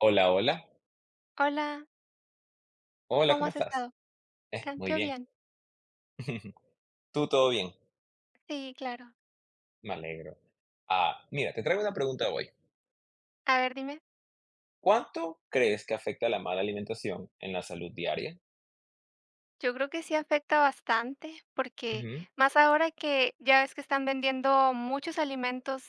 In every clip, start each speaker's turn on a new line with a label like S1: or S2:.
S1: Hola, hola.
S2: Hola,
S1: Hola,
S2: ¿cómo
S1: ¿cómo
S2: has
S1: estás?
S2: estado? Ah,
S1: Muy
S2: yo
S1: bien.
S2: bien.
S1: ¿Tú todo bien?
S2: Sí, claro.
S1: Me alegro. Ah, mira, te traigo una pregunta hoy.
S2: A ver, dime.
S1: ¿Cuánto crees que afecta la mala alimentación en la salud diaria?
S2: Yo creo que sí afecta bastante, porque
S1: Ujú,
S2: más ahora que ya ves que están vendiendo muchos alimentos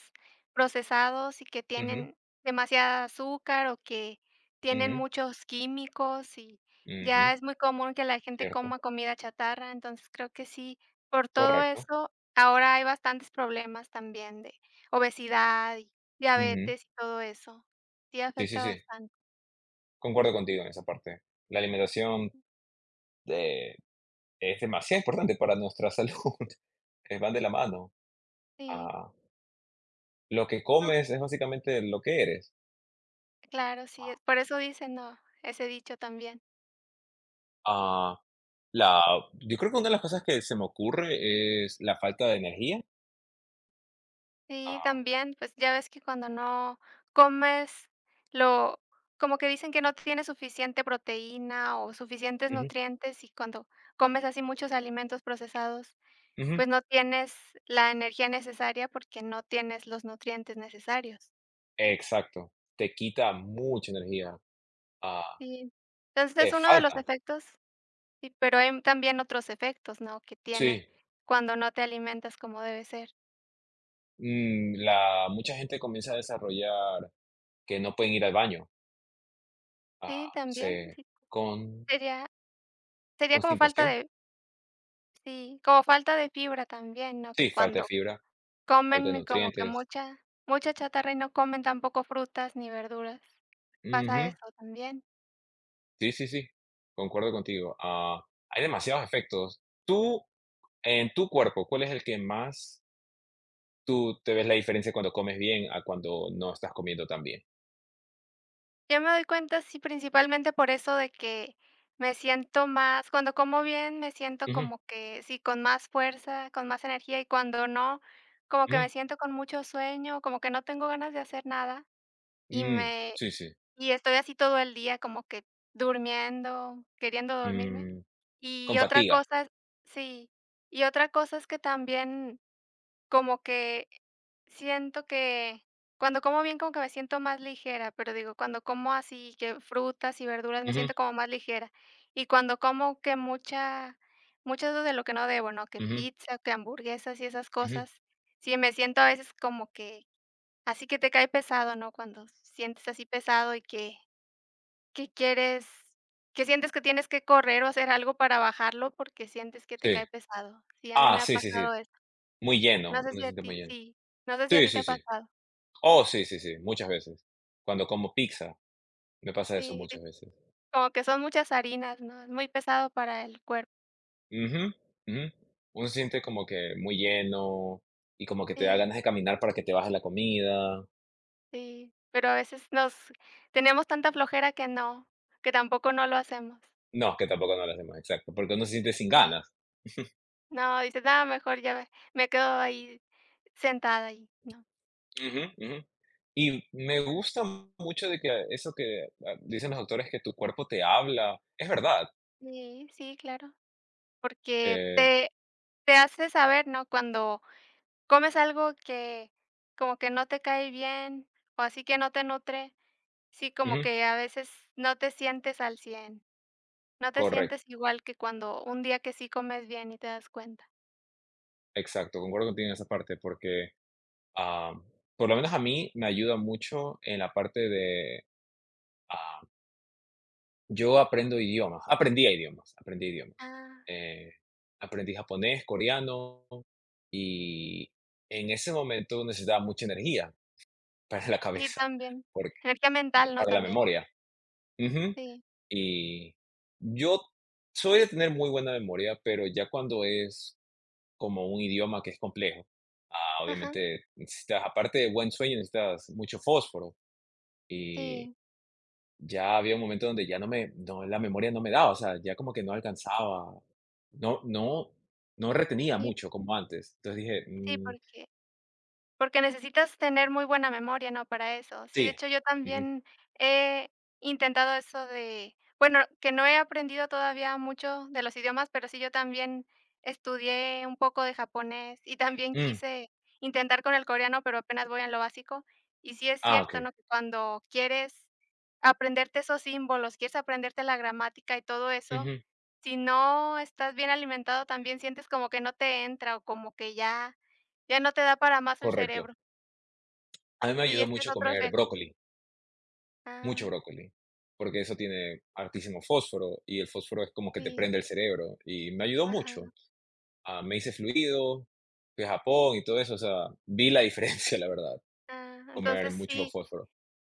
S2: procesados y que
S1: ujú,
S2: tienen demasiada azúcar o que tienen
S1: ujú,
S2: muchos químicos y ya
S1: ujú,
S2: es muy común que la gente
S1: cierto,
S2: coma comida chatarra. Entonces, creo que sí, por todo
S1: correcto.
S2: eso ahora hay bastantes problemas también de obesidad y
S1: Ujú.
S2: diabetes y todo eso. Sí
S1: Sí, sí,
S2: afecta
S1: sí,
S2: bastante.
S1: concuerdo contigo en esa parte. La alimentación eh, es demasiado importante para nuestra salud. Van de la mano.
S2: Sí,
S1: Ah, lo que
S2: o
S1: comes es básicamente lo que eres.
S2: claro, sí, es por eso dicen, ¿no? Ese dicho también.
S1: Ah, La yo creo que una de las cosas que se me ocurre es la falta de energía.
S2: Sí,
S1: Ah,
S2: también, pues, ya ves que cuando no comes lo como que dicen que no tienes suficiente proteína o suficientes
S1: ujú,
S2: nutrientes, y cuando comes así muchos alimentos procesados,
S1: ujú,
S2: pues, no tienes la energía necesaria porque no tienes los nutrientes necesarios.
S1: exacto. Te quita mucha energía, ah,
S2: Sí. Entonces,
S1: te
S2: es uno de los
S1: falta.
S2: efectos. Sí, pero hay también otros efectos, ¿no?, que tiene
S1: Sí,
S2: cuando no te alimentas como debe ser.
S1: la mucha gente comienza a desarrollar que no pueden ir al baño,
S2: Sí,
S1: ah,
S2: también,
S1: se
S2: sí.
S1: con
S2: Sería sería como falta
S1: constipación.
S2: de, sí, como falta de fibra también, ¿no?
S1: Sí,
S2: Que
S1: falta de
S2: cuando
S1: fibra, falta de
S2: comen como que
S1: nutrientes.
S2: mucha chatarra y no comen tampoco frutas ni verduras,
S1: Ujú,
S2: pasa eso también.
S1: sí, sí, sí, concuerdo contigo. Ah, hay demasiados efectos. Tú, en tu cuerpo, ¿cuál es el que más ¿tú te ves la diferencia cuando comes bien a cuando no estás comiendo tan bien?
S2: Yo me doy cuenta, sí, principalmente por eso de que me siento más cuando como bien, me siento
S1: Ujú,
S2: como que sí, con más fuerza, con más energía, y cuando no, como que
S1: ujú,
S2: me siento con mucho sueño, como que no tengo ganas de hacer nada, y
S1: mm,
S2: me
S1: sí, sí,
S2: y estoy así todo el día como que durmiendo, queriendo dormirme.
S1: mm, con
S2: Y otra
S1: fatiga.
S2: cosa Sí, y otra cosa es que también como que siento que cuando como bien como que me siento más ligera. Pero digo, cuando como así que frutas y verduras me
S1: Ujú,
S2: siento como más ligera. Y cuando como que mucha mucho de lo que no debo, ¿no? Que
S1: ujú,
S2: pizza, que hamburguesas y esas
S1: ujú,
S2: cosas, sí me siento a veces como que así que te cae pesado, ¿no? Cuando sientes así pesado y que quieres. ¿Que sientes que tienes que correr o hacer algo para bajarlo porque sientes que te
S1: sí.
S2: cae pesado? Sí, a mí
S1: Ah,
S2: me ha
S1: sí, sí, sí,
S2: pasado eso.
S1: muy lleno,
S2: No sé
S1: uno
S2: si
S1: se
S2: a
S1: siente muy
S2: ti
S1: lleno.
S2: sí, no sé si a
S1: Sí,
S2: ti te
S1: sí,
S2: ha
S1: sí.
S2: pasado.
S1: Oh, sí, sí, sí, muchas veces. Cuando como pizza, me pasa eso
S2: Sí, sí,
S1: muchas veces.
S2: como que son muchas harinas, ¿no? Es muy pesado para el cuerpo.
S1: Ujú, ujú. Uno se siente como que muy lleno y como que te da
S2: Sí,
S1: ganas de caminar para que te baje la comida.
S2: sí, pero a veces nos tenemos tanta flojera que no, que tampoco no lo hacemos.
S1: No, que tampoco no lo hacemos, exacto, porque uno se siente sin
S2: Sí.
S1: ganas.
S2: No, dices: "Nada mejor, me quedo ahí sentada ahí, no".
S1: Ujú, ujú. Y me gusta mucho de que eso que, dicen los doctores que tu cuerpo te habla, es verdad.
S2: Sí, sí, claro, porque
S1: eh,
S2: te hace saber, ¿no? Cuando comes algo que como que no te cae bien, o así que no te nutre, sí, como
S1: Ujú,
S2: que a veces no te sientes al cien, no te
S1: correcto,
S2: sientes igual que cuando un día que sí comes bien y te das cuenta.
S1: exacto, concuerdo contigo en esa parte, porque, ah, por lo menos a mí me ayuda mucho en la parte de, ah, yo aprendo idiomas, aprendí idiomas, aprendí idiomas,
S2: Ah,
S1: eh, aprendí japonés, coreano, y en ese momento necesitaba mucha energía para la
S2: sí,
S1: cabeza,
S2: también.
S1: porque
S2: Energía mental, ¿no?
S1: para la
S2: También.
S1: memoria. Ujú.
S2: Sí.
S1: Y yo soy de tener muy buena memoria, pero ya cuando es como un idioma que es complejo,
S2: Ajá.
S1: obviamente necesitas, aparte de buen sueño, necesitas mucho fósforo. Y
S2: Sí,
S1: ya había un momento donde ya no me, no, la memoria no me daba, o sea, ya como que no alcanzaba, no, no, no retenía
S2: sí,
S1: mucho como antes. Entonces dije,
S2: sí,
S1: "Mm,
S2: porque necesitas tener muy buena memoria, ¿no?, para eso. Sí, de
S1: sí,
S2: hecho, yo
S1: ujú,
S2: también he intentado eso de, bueno, que no he aprendido todavía mucho de los idiomas, pero sí yo también estudié un poco de japonés y también
S1: mm,
S2: quise intentar con el coreano, pero apenas voy en lo básico. Y sí es
S1: ah, ok,
S2: cierto, ¿no?, que cuando quieres aprenderte esos símbolos, quieres aprenderte la gramática y todo eso,
S1: ujú,
S2: si no estás bien alimentado, también sientes como que no te entra o como que ya no te da para más el
S1: correcto.
S2: cerebro.
S1: A mí me
S2: Sí,
S1: ayudó
S2: este es
S1: mucho
S2: otro
S1: comer
S2: efecto.
S1: brócoli.
S2: Ah,
S1: Mucho brócoli, porque eso tiene altísimo fósforo y el fósforo es como que te
S2: sí,
S1: prende el cerebro y me ayudó mucho.
S2: ajá,
S1: Ah, me hice fluido, fui a Japón y todo eso, o sea, vi la diferencia, la verdad, comer
S2: entonces
S1: mucho
S2: sí,
S1: fósforo.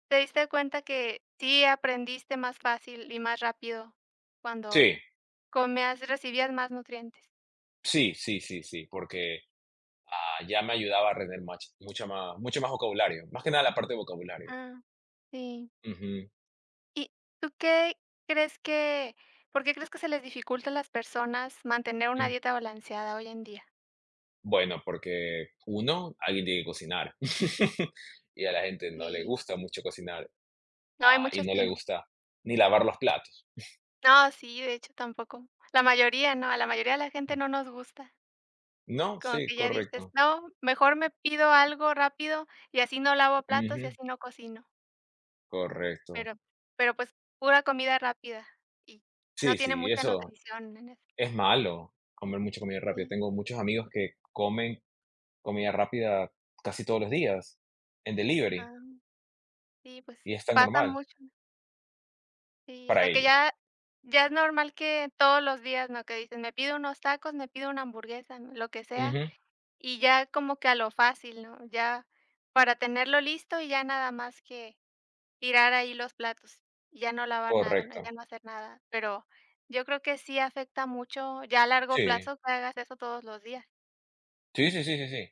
S2: te diste cuenta que sí aprendiste más fácil y más rápido
S1: Sí,
S2: cuando comías, recibías más nutrientes.
S1: sí, sí, sí, sí, porque, ya me ayudaba a tener más mucha más mucho más vocabulario, más que nada la parte de vocabulario.
S2: Ah, sí.
S1: Ujú,
S2: ¿Y tú qué crees que, se les dificulta a las personas mantener una
S1: mm.
S2: dieta balanceada hoy en día?
S1: Bueno, porque uno alguien tiene que cocinar. Y a la gente no le
S2: Sí.
S1: gusta mucho cocinar,
S2: No, hay
S1: y
S2: muchos
S1: no
S2: que
S1: le
S2: no.
S1: gusta ni lavar los platos.
S2: No, sí, de hecho tampoco. La mayoría, no, a la mayoría de la gente no nos gusta.
S1: No,
S2: Como
S1: sí,
S2: que ya dices:
S1: correcto.
S2: "No, mejor me pido algo rápido y así no lavo platos y
S1: Ujú,
S2: así no cocino".
S1: correcto.
S2: Pero pero, pues, pura comida rápida y no
S1: Sí,
S2: tiene
S1: sí,
S2: mucha
S1: eso
S2: nutrición en eso.
S1: es malo, comer mucha comida rápida.
S2: Sí,
S1: Tengo muchos amigos que comen comida rápida casi todos los días en delivery
S2: ah, sí, pues,
S1: y es tan
S2: pasa
S1: normal
S2: mucho, ¿no? Sí, o
S1: para
S2: sea, que
S1: ellos.
S2: ya es normal que todos los días, ¿no? Que dices: "Me pido unos tacos, me pido una hamburguesa", ¿no?, lo que sea,
S1: Ujú,
S2: y ya como que a lo fácil, ¿no? Ya para tenerlo listo y ya nada más que tirar ahí los platos, ya no lavar nada, ¿no? Ya
S1: correcto.
S2: no hacer nada, pero yo creo que sí afecta mucho ya a largo
S1: Sí,
S2: plazo que hagas eso todos los días.
S1: sí, sí, sí, sí, sí.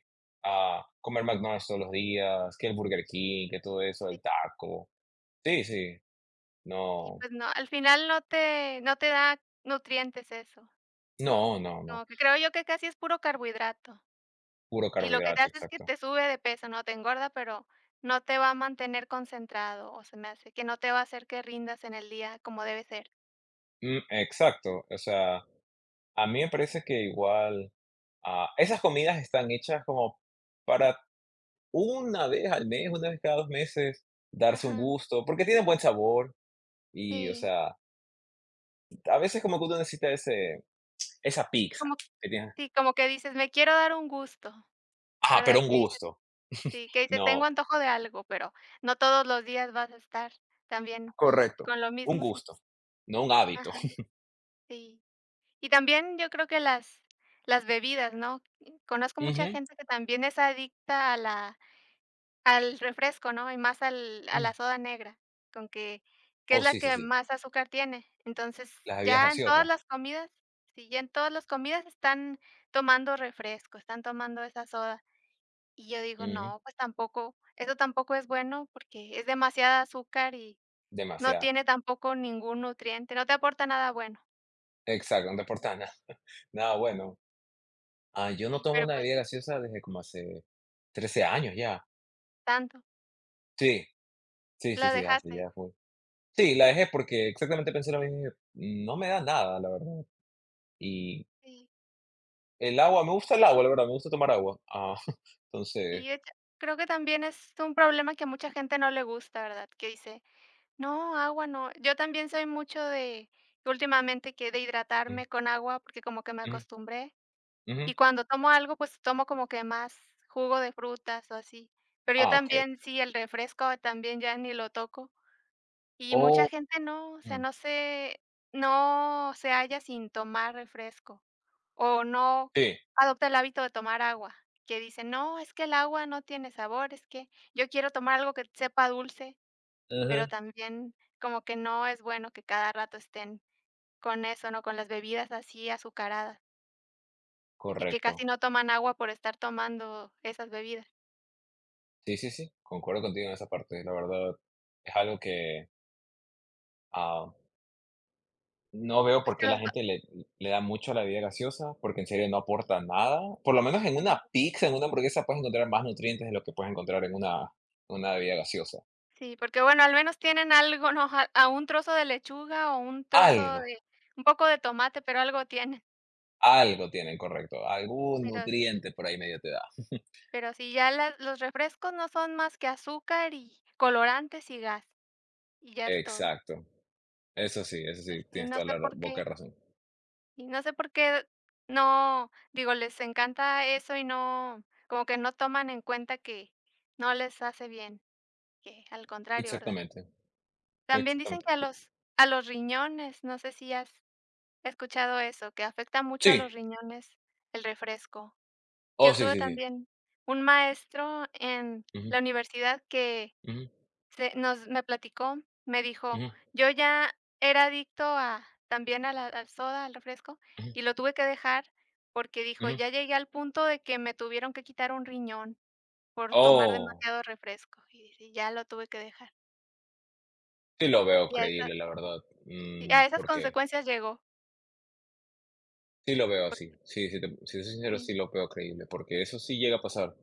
S1: Ah, comer McDonald's todos los días, que el Burger King, que todo eso,
S2: Sí,
S1: el taco. Sí, sí,
S2: y
S1: no,
S2: pues no, al final no te da nutrientes eso,
S1: no, no, no.
S2: como que creo yo que casi es puro carbohidrato,
S1: Puro
S2: y lo que te
S1: carbohidrato,
S2: hace es que
S1: exacto.
S2: te sube de peso, ¿no? Te engorda, pero no te va a mantener concentrado, o se me hace que no te va a hacer que rindas en el día como debe ser.
S1: Mm, exacto, o sea, a mí me parece que igual. Esas comidas están hechas como para una vez al mes, una vez cada 2 meses, darse un
S2: Ajá,
S1: gusto, porque tienen buen sabor y, o
S2: sí,
S1: sea, a veces como que uno necesita ese esa pizza
S2: como
S1: que tiene
S2: sí, como que dices: "Me quiero dar un gusto",
S1: ajá, pero
S2: ¿verdad?
S1: un
S2: Que dices
S1: gusto,
S2: Sí, que dices: "Tengo
S1: no,
S2: antojo de algo", pero no todos los días vas a estar también
S1: correcto,
S2: con lo
S1: un
S2: mismo, sí.
S1: gusto, no un hábito.
S2: Ajá, sí. Y también yo creo que las bebidas, ¿no? Conozco mucha
S1: Ujú,
S2: gente que también es adicta a la, al refresco, ¿no? Y más al a la
S1: mm.
S2: soda negra, con que es
S1: Oh,
S2: la
S1: sí, sí,
S2: que
S1: sí,
S2: más azúcar tiene. Entonces,
S1: las bebidas
S2: ya en todas
S1: gaseosas,
S2: las comidas sí, ya en todas las comidas están tomando refresco, están tomando esa soda. Y yo digo:
S1: ujú,
S2: "No, pues tampoco, eso tampoco es bueno porque es demasiada azúcar y no
S1: demasiado,
S2: tiene tampoco ningún nutriente, no te aporta nada bueno".
S1: exacto, no te aporta nada, nada bueno. Ah, yo no
S2: Sí,
S1: tomo
S2: pero
S1: una
S2: pues
S1: bebida gaseosa desde como hace 13 años ya.
S2: tanto,
S1: Sí, sí, sí,
S2: la
S1: sí, hace
S2: dejaste.
S1: ya sí, la dejé porque exactamente pensé lo mismo y dije: "No me da nada, la verdad". Y
S2: Sí,
S1: el agua, me gusta el agua, la verdad, me gusta tomar agua. Ah,
S2: y
S1: entonces
S2: yo ta creo que también es un problema que a mucha gente no le gusta, ¿verdad? Que dice: "No, agua no". Yo también soy mucho de, últimamente, que de
S1: mm,
S2: hidratarme con agua porque como que me
S1: mm,
S2: acostumbré,
S1: ujú.
S2: y cuando tomo algo, pues tomo como que más jugo de frutas o así. Pero yo
S1: Ah, okey.
S2: también sí, el refresco también ya ni lo toco. Y mucha
S1: Oh,
S2: gente no, o sea,
S1: mm,
S2: no se halla sin tomar refresco, o no
S1: sí,
S2: adopta el hábito de tomar agua, que dicen: "No, es que el agua no tiene sabor, es que yo quiero tomar algo que sepa dulce", pero
S1: ujú,
S2: también como que no es bueno que cada rato estén con eso, ¿no? Con las bebidas así azucaradas, y que casi
S1: correcto.
S2: no toman agua por estar tomando esas bebidas.
S1: Sí, sí, sí, concuerdo contigo en esa parte. La verdad, es algo que, ah, no veo
S2: Pues
S1: por
S2: que
S1: qué
S2: los
S1: la
S2: va
S1: gente le da mucho a la bebida gaseosa, porque en serio no aporta nada. Por lo menos en una pizza, en una hamburguesa puedes encontrar más nutrientes de lo que puedes encontrar en una bebida gaseosa.
S2: Sí, porque bueno, al menos tienen algo, ¿no? A un trozo de lechuga o un trozo
S1: Algo.
S2: de, un poco de tomate, pero algo tienen.
S1: Algo tienen, correcto. Algún
S2: Pero sí,
S1: nutriente por ahí medio te da.
S2: pero sí, ya las los refrescos no son más que azúcar y colorantes y gas, y ya es todo.
S1: Exacto. Eso sí,
S2: Así,
S1: tienes
S2: no
S1: toda
S2: sé
S1: la ra
S2: por
S1: boca
S2: qué
S1: de razón.
S2: y no sé por qué, no, digo, les encanta eso y no, como que no toman en cuenta que no les hace bien, que al contrario, ¿verdad?
S1: Exactamente,
S2: También dicen que
S1: exactamente.
S2: a los riñones, no sé si has he escuchado eso, que afecta mucho
S1: Sí.
S2: a los riñones el refresco.
S1: Oh,
S2: Yo
S1: sí,
S2: tuve
S1: sí, sí.
S2: también un maestro en
S1: Ujú,
S2: la universidad que
S1: ujú,
S2: se nos me platicó, me dijo:
S1: ujú,
S2: "Yo ya era adicto a también, a la al soda, al refresco,
S1: ujú,
S2: y lo tuve que dejar", porque dijo:
S1: ujú.
S2: "Ya llegué al punto de que me tuvieron que quitar un riñón por tomar
S1: Oh,
S2: demasiado refresco", y dice: "Ya lo tuve que dejar".
S1: sí lo veo
S2: Y
S1: creíble, la verdad. Mm,
S2: a esas
S1: ¿por qué?
S2: consecuencias llegó.
S1: Sí lo veo así. Sí, sí te si te soy sincero, sí lo veo creíble, porque eso sí llega a pasar.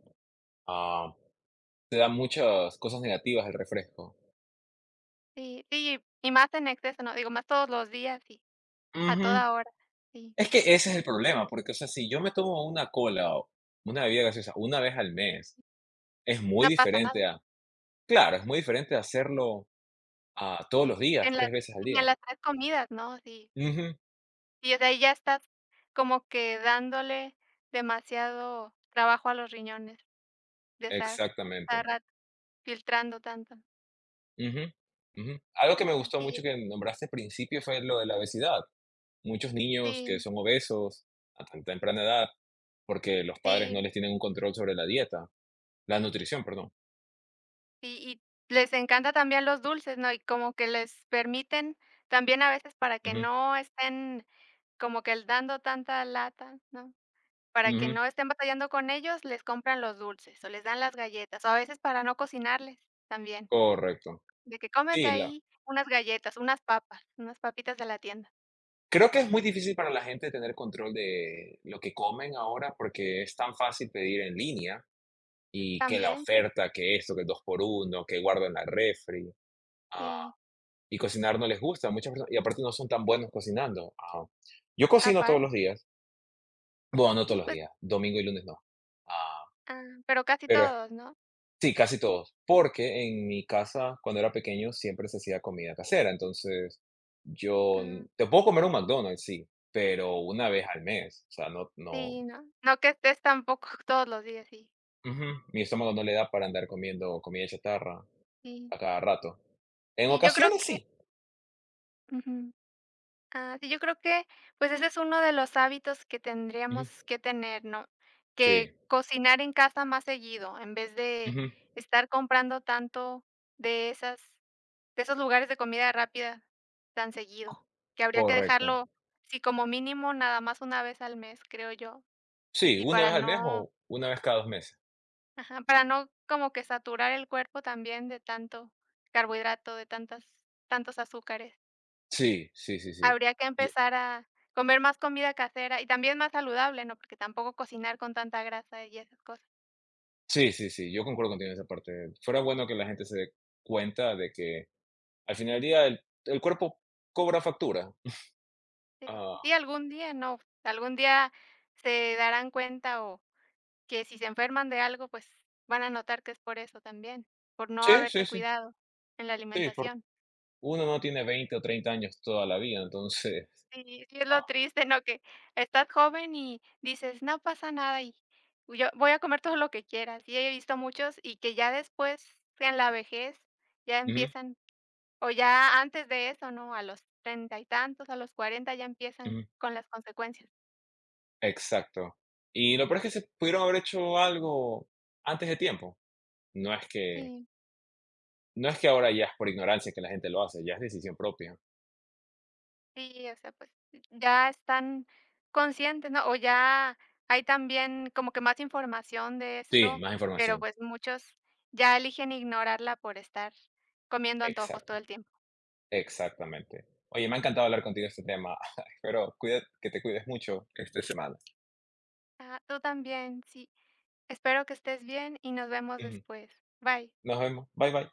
S1: Ah, te da muchas cosas negativas el refresco.
S2: Sí, sí, y más en exceso, ¿no? Digo, más todos los días y a
S1: Ujú.
S2: toda hora. Sí,
S1: Es que ese es el problema, porque, o sea, si yo me tomo una cola o una bebida gaseosa una vez al mes, es muy
S2: no pasa nada.
S1: diferente a claro, es muy diferente a hacerlo a todos
S2: Sí,
S1: los días,
S2: en las,
S1: tres veces al
S2: y en
S1: día.
S2: las 3 comidas, ¿no? Sí,
S1: Ujú,
S2: y o sea, ahí ya estás como que dándole demasiado trabajo a los riñones de estar cada
S1: exactamente.
S2: rato filtrando tanto.
S1: Ujú, ujú. Algo que me
S2: Y
S1: gustó
S2: sí,
S1: mucho que nombraste al principio fue lo de la obesidad. Muchos niños que
S2: sí,
S1: son obesos a tan temprana edad, porque los padres
S2: sí,
S1: no les tienen un control sobre la dieta, la nutrición, perdón.
S2: y les encanta también los dulces, ¿no? Y como que les permiten también a veces para que
S1: Ujú,
S2: no estén como que el dando tanta lata, ¿no? Para que
S1: ujú,
S2: no estén batallando con ellos, les compran los dulces, o les dan las galletas, o a veces para no cocinarles también,
S1: correcto.
S2: de que cómete
S1: Sí, la
S2: ahí unas galletas, unas papas, unas papitas de la tienda.
S1: creo que es muy difícil para la gente tener control de lo que comen ahora, porque es tan fácil pedir en línea y que la
S2: También,
S1: oferta, que esto, que el 2 por uno que guardo en la refri. ah,
S2: sí,
S1: y cocinar no les gusta a muchas personas, y aparte no son tan buenos cocinando. Ah, yo cocino todos los
S2: aparte,
S1: días, bueno, no
S2: sí,
S1: todos los
S2: pues,
S1: días, domingo y lunes no, ah,
S2: ah, pero casi
S1: pero
S2: todos, ¿no?
S1: sí, casi todos, porque en mi casa, cuando era pequeño, siempre se hacía comida casera, entonces yo
S2: Ah,
S1: te puedo comer un McDonald's, sí, pero una vez al mes, o sea, no.
S2: sí, no, no que estés tampoco todos los días, sí,
S1: Ujú. Mi estómago no le da para andar comiendo comida chatarra
S2: sí,
S1: a cada rato. En
S2: sí, yo creo
S1: ocasiones
S2: que
S1: sí.
S2: ujú. Ah, sí, yo creo que, pues, ese es uno de los hábitos que
S1: Ujú.
S2: tendríamos que tener, ¿no?
S1: Sí.
S2: Que cocinar en casa más seguido, en vez de
S1: Ujú.
S2: estar comprando tanto de esas, de esos lugares de comida rápida tan seguido, que habría que
S1: Correcto.
S2: dejarlo, sí, como mínimo nada más una vez al mes, creo yo.
S1: Sí,
S2: Sí,
S1: una
S2: para
S1: vez al mes
S2: no,
S1: o una vez cada dos meses.
S2: ajá, para no como que saturar el cuerpo también de tanto carbohidrato, de tantas tantos azúcares.
S1: Sí, sí, sí, sí.
S2: Habría que
S1: Yo-
S2: empezar a comer más comida casera y también más saludable, ¿no? Porque tampoco cocinar con tanta grasa y esas cosas.
S1: sí, sí, sí, yo concuerdo contigo en esa parte. Fuera bueno que la gente se dé cuenta de que al final del día el cuerpo cobra factura.
S2: Sí,
S1: Ah,
S2: sí, algún día, no, algún día se darán cuenta o que si se enferman de algo, pues van a notar que es por eso también, por no
S1: sí, sí,
S2: haberse
S1: sí.
S2: cuidado en la
S1: Sí, porque
S2: alimentación.
S1: uno no tiene 20 o 30 años toda la vida, entonces.
S2: Sí, sí es lo
S1: Ah,
S2: triste, ¿no? Que estás joven y dices: "No pasa nada y yo voy a comer todo lo que quiera". Sí, he visto muchos y que ya después, en la vejez, ya
S1: ujú,
S2: empiezan. O ya antes de eso, ¿no? A los 30 y tantos, a los 40, ya empiezan
S1: ujú.
S2: con las consecuencias.
S1: Exacto. Y lo peor es que se pudieron haber hecho algo antes de tiempo. No es que
S2: Sí,
S1: no es que ahora ya es por ignorancia que la gente lo hace, ya es decisión propia.
S2: sí, o sea, pues ya están conscientes, ¿no? O ya hay también como que más información de
S1: Sí,
S2: esto,
S1: más
S2: pero
S1: información.
S2: pues muchos ya eligen ignorarla por estar comiendo antojos
S1: Exacto,
S2: todo el tiempo.
S1: exactamente. Oye, me ha encantado hablar contigo de este tema. Espero cuida que te cuides mucho esta semana.
S2: Ah, tú también, sí. Espero que estés bien y nos vemos
S1: Ujú.
S2: después. Bye.
S1: Nos vemos. Bye, bye.